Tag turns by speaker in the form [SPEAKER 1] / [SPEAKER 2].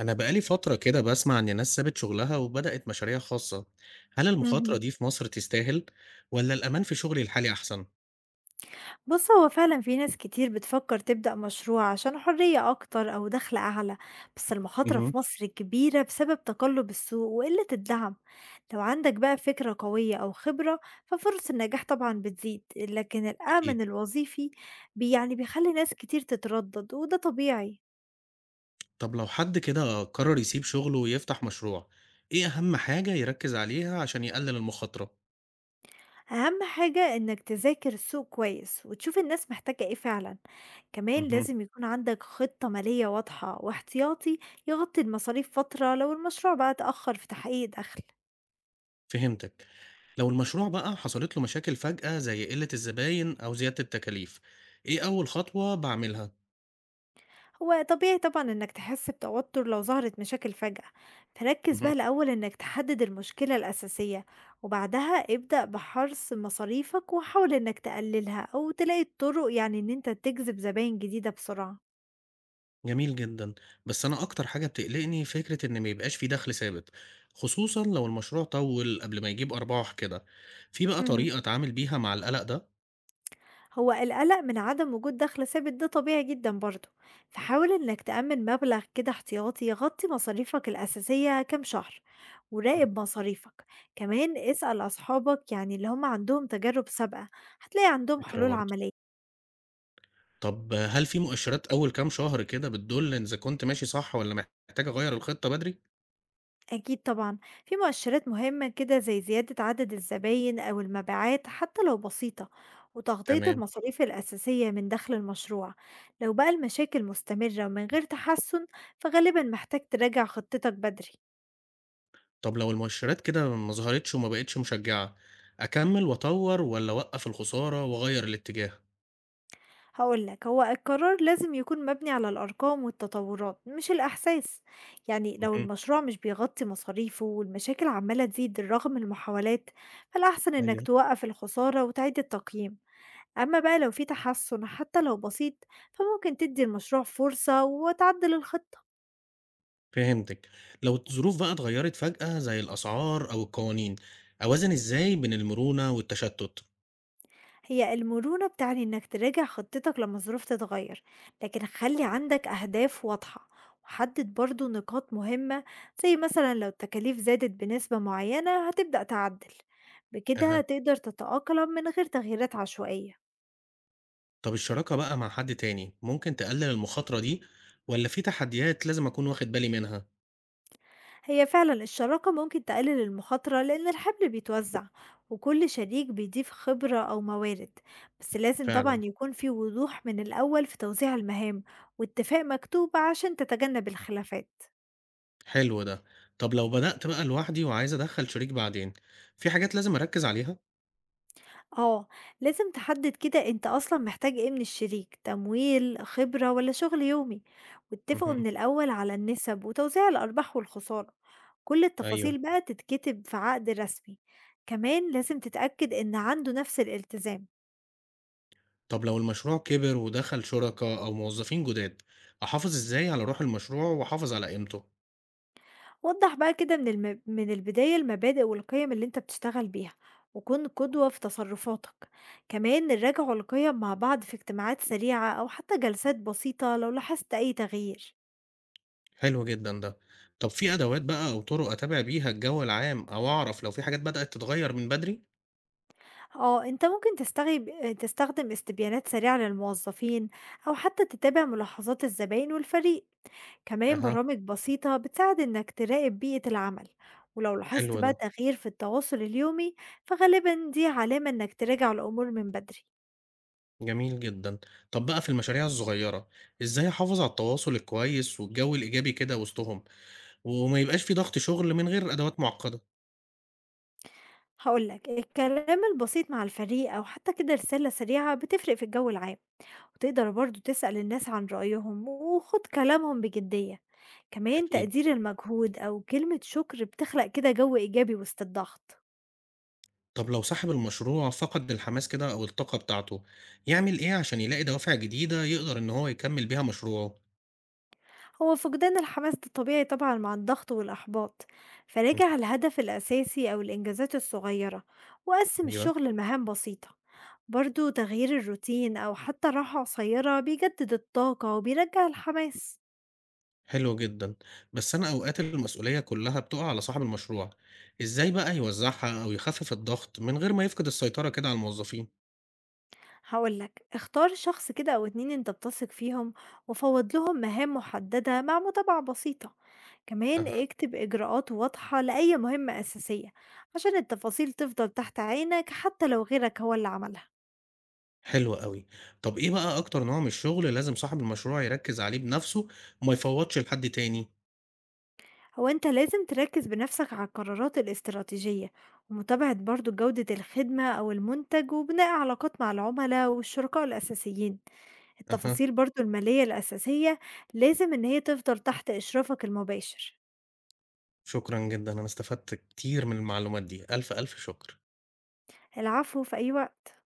[SPEAKER 1] أنا بقالي فترة كده بسمع إن ناس سابت شغلها وبدأت مشاريع خاصة، هل المخاطرة
[SPEAKER 2] اهم.
[SPEAKER 1] دي في مصر تستاهل ولا الأمان في شغلي الحالي أحسن؟
[SPEAKER 2] بُص، هو فعلًا في ناس كتير بتفكّر تبدأ مشروع عشان حرية أكتر أو دخل أعلى، بس المخاطرة
[SPEAKER 1] مهم.
[SPEAKER 2] في مصر كبيرة بسبب تقلُّب السوق وقِلّة الدعم. لو عندك بقى فكرة قوية أو خبرة، ففرص النجاح طبعًا بتزيد، لكن الأمن
[SPEAKER 1] أكيد،
[SPEAKER 2] الوظيفي يعني بيخلّي ناس كتير تتردد وده طبيعي.
[SPEAKER 1] طب لو حد كده قرر يسيب شغله ويفتح مشروع، إيه أهم حاجة يركز عليها عشان يقلل المخاطرة؟
[SPEAKER 2] أهم حاجة إنك تذاكر السوق كويس وتشوف الناس محتاجة إيه فعلا. كمان
[SPEAKER 1] مهم.
[SPEAKER 2] لازم يكون عندك خطة مالية واضحة واحتياطي يغطي المصاريف فترة لو المشروع بقى اتأخر في تحقيق دخل.
[SPEAKER 1] فهمتك، لو المشروع بقى حصلت له مشاكل فجأة زي قلة الزباين أو زيادة التكاليف، إيه أول خطوة بعملها؟
[SPEAKER 2] هو طبيعي طبعا إنك تحس بتوتر لو ظهرت مشاكل فجأة، فركز بقى الأول إنك تحدد المشكلة الأساسية، وبعدها ابدأ بحرص مصاريفك وحاول إنك تقللها أو تلاقي طرق، يعني إن أنت تجذب زباين جديدة بسرعة.
[SPEAKER 1] جميل جدًا، بس أنا أكتر حاجة بتقلقني فكرة إن ما يبقاش في دخل ثابت، خصوصًا لو المشروع طوّل قبل ما يجيب أرباح كده، في بقى
[SPEAKER 2] مهم.
[SPEAKER 1] طريقة أتعامل بيها مع القلق ده؟
[SPEAKER 2] هو القلق من عدم وجود دخل ثابت ده طبيعي جدا برضه، فحاول انك تأمن مبلغ كده احتياطي يغطي مصاريفك الأساسية كام شهر،
[SPEAKER 1] إمم.
[SPEAKER 2] وراقب مصاريفك. كمان اسأل أصحابك، يعني اللي هم عندهم تجارب سابقة، هتلاقي عندهم
[SPEAKER 1] فكرة
[SPEAKER 2] حلول
[SPEAKER 1] برضه،
[SPEAKER 2] عملية.
[SPEAKER 1] طب هل في مؤشرات أول كام شهر كده بتدل إن إذا كنت ماشي صح والّا محتاج أغيّر الخطة بدري؟
[SPEAKER 2] أكيد طبعا، في مؤشرات مهمة كده زي زيادة عدد الزباين أو المبيعات حتى لو بسيطة، وتغطية
[SPEAKER 1] تمام،
[SPEAKER 2] المصاريف الأساسية من دخل المشروع. لو بقى المشاكل مستمرة ومن غير تحسن، فغالبا محتاج تراجع خطتك بدري.
[SPEAKER 1] طب لو المؤشرات كده ما ظهرتش وما بقتش مشجعة، أكمّل وأطوّر والّا أوقّف الخسارة وأغيّر الاتجاه؟
[SPEAKER 2] هقولك، هو القرار لازم يكون مبني على الأرقام والتطورات مش الأحساس. يعني لو
[SPEAKER 1] اهم،
[SPEAKER 2] المشروع مش بيغطي مصاريفه والمشاكل عمالة تزيد رغم المحاولات، فالأحسن إنك
[SPEAKER 1] أيوه.
[SPEAKER 2] توقف الخسارة وتعيد التقييم. أما بقى لو في تحسن حتى لو بسيط، فممكن تدي المشروع فرصة وتعدل الخطة.
[SPEAKER 1] فهمتِك. لو الظروف بقى اتغيّرت فجأة زي الأسعار أو القوانين، أوازن إزاي بين المرونة والتشتُّت؟
[SPEAKER 2] هي المرونة بتعني إنك تراجع خطتك لما الظروف تتغير، لكن خلي عندك أهداف واضحة، وحدد برضو نقاط مهمة، زي مثلا لو التكاليف زادت بنسبة معينة هتبدأ تعدل. بكده
[SPEAKER 1] أها.
[SPEAKER 2] هتقدر تتأقلم من غير تغييرات عشوائية.
[SPEAKER 1] طَب الشراكة بقى مع حد تاني ممكن تقلِّل المخاطرة دي والّا في تحديات لازم أكون واخد بالي منها؟
[SPEAKER 2] هي فعلا الشراكة ممكن تقلل المخاطرة لأن الحمل بيتوزع، وكل شريك بيضيف خبرة أو موارد، بس لازم طبعا
[SPEAKER 1] فعلًا،
[SPEAKER 2] يكون في وضوح من الأول في توزيع المهام، واتفاق مكتوب عشان تتجنب الخلافات.
[SPEAKER 1] حلو ده. طَب لو بدأت بقى لوحدي وعايز أدخّل شريك بعدين، في حاجات لازم أركّز عليها؟
[SPEAKER 2] اه، لازم تحدد كده انت أصلا محتاج ايه من الشريك، تمويل خبرة ولا شغل يومي، واتفقوا
[SPEAKER 1] اهم،
[SPEAKER 2] من الأول على النسب وتوزيع الأرباح والخسارة. كل
[SPEAKER 1] أيوه.
[SPEAKER 2] التفاصيل بقى تتكتب في عقد رسمي. كمان لازم تتأكد ان عنده نفس الالتزام.
[SPEAKER 1] طَب لو المشروع كِبِر ودخل شُركا أو موظفين جُداد، أحافظ إزاي على روح المشروع وأحافظ على قيمته؟
[SPEAKER 2] وضّح بقى كده من البداية المبادئ والقيم اللي أنت بتشتغل بيها، وكُن قدوة في تصرفاتك، كمان راجعوا القيم مع بعض في اجتماعات سريعة أو حتى جلسات بسيطة لو لاحظت أي تغيير.
[SPEAKER 1] حلو جدًا ده. طب في أدوات بقى أو طُرق أتابع بيها الجو العام أو أعرف لو في حاجات بدأت تتغيّر من بدري؟
[SPEAKER 2] آه، أنت ممكن تستخدم استبيانات سريعة للموظفين أو حتى تتابع ملاحظات الزباين والفريق، كمان
[SPEAKER 1] أها،
[SPEAKER 2] برامج بسيطة بتساعد إنك تراقب بيئة العمل، ولو لاحظت
[SPEAKER 1] حلو ده،
[SPEAKER 2] بقى تغيير في التواصل اليومي فغالبًا دي علامة إنك تراجع الأمور من بدري.
[SPEAKER 1] جميل جدًا. طب بقى في المشاريع الصغيّرة، إزاي أحافظ على التواصل الكويس والجو الإيجابي كده وسطهم، وما يبقاش في ضغط شغل من غير أدوات معقّدة؟
[SPEAKER 2] هاقول لك، الكلام البسيط مع الفريق أو حتى كده رسالة سريعة بتفرق في الجو العام، وتقدر برضه تسأل الناس عن رأيهم وخُد كلامهم بجدية، كمان
[SPEAKER 1] أكيد.
[SPEAKER 2] تقدير المجهود أو كلمة شكر بتخلق كده جو إيجابي وسط الضغط.
[SPEAKER 1] طب لو صاحب المشروع فقد الحماس كده أو الطاقة بتاعته، يعمل إيه عشان يلاقي دوافع جديدة يقدر إن هو يكمّل بيها مشروعه؟
[SPEAKER 2] هو فقدان الحماس ده طبيعي طبعًا مع الضغط والإحباط،
[SPEAKER 1] اهم،
[SPEAKER 2] فراجع الهدف الأساسي أو الإنجازات الصغيرة، وقسِّم
[SPEAKER 1] أيوه.
[SPEAKER 2] الشغل لمهام بسيطة. برضه تغيير الروتين أو حتى راحة قصيرة بيجدد الطاقة وبيرجّع الحماس.
[SPEAKER 1] حلو جدًا، بس أنا أوقات المسؤولية كلّها بتقع على صاحب المشروع، إزاي بقى يوزّعها أو يخفف الضغط من غير ما يفقد السيطرة كده على الموظفين؟
[SPEAKER 2] هقول لك، اختار شخص كده او اتنين انت بتثق فيهم، وفوض لهم مهام محددة مع متابعة بسيطة. كمان
[SPEAKER 1] أها،
[SPEAKER 2] اكتب اجراءات واضحة لأي مهمة اساسية عشان التفاصيل تفضل تحت عينك حتى لو غيرك هو اللي عملها.
[SPEAKER 1] حلو أوي، طب إيه بقى أكتر نوع من الشغل لازم صاحب المشروع يركّز عليه بنفسه وما يفوّتش لحد تاني؟
[SPEAKER 2] هو انت لازم تركز بنفسك على القرارات الاستراتيجية، ومتابعة برضو جودة الخدمة او المنتج، وبناء علاقات مع العملاء والشركاء الاساسيين.
[SPEAKER 1] أها،
[SPEAKER 2] التفاصيل برضو المالية الاساسية لازم ان هي تفضل تحت اشرافك المباشر.
[SPEAKER 1] شكرًا جدًا، أنا استفدت كتير من المعلومات دي، ألف، ألف شكر.
[SPEAKER 2] العفو، في أي وقت.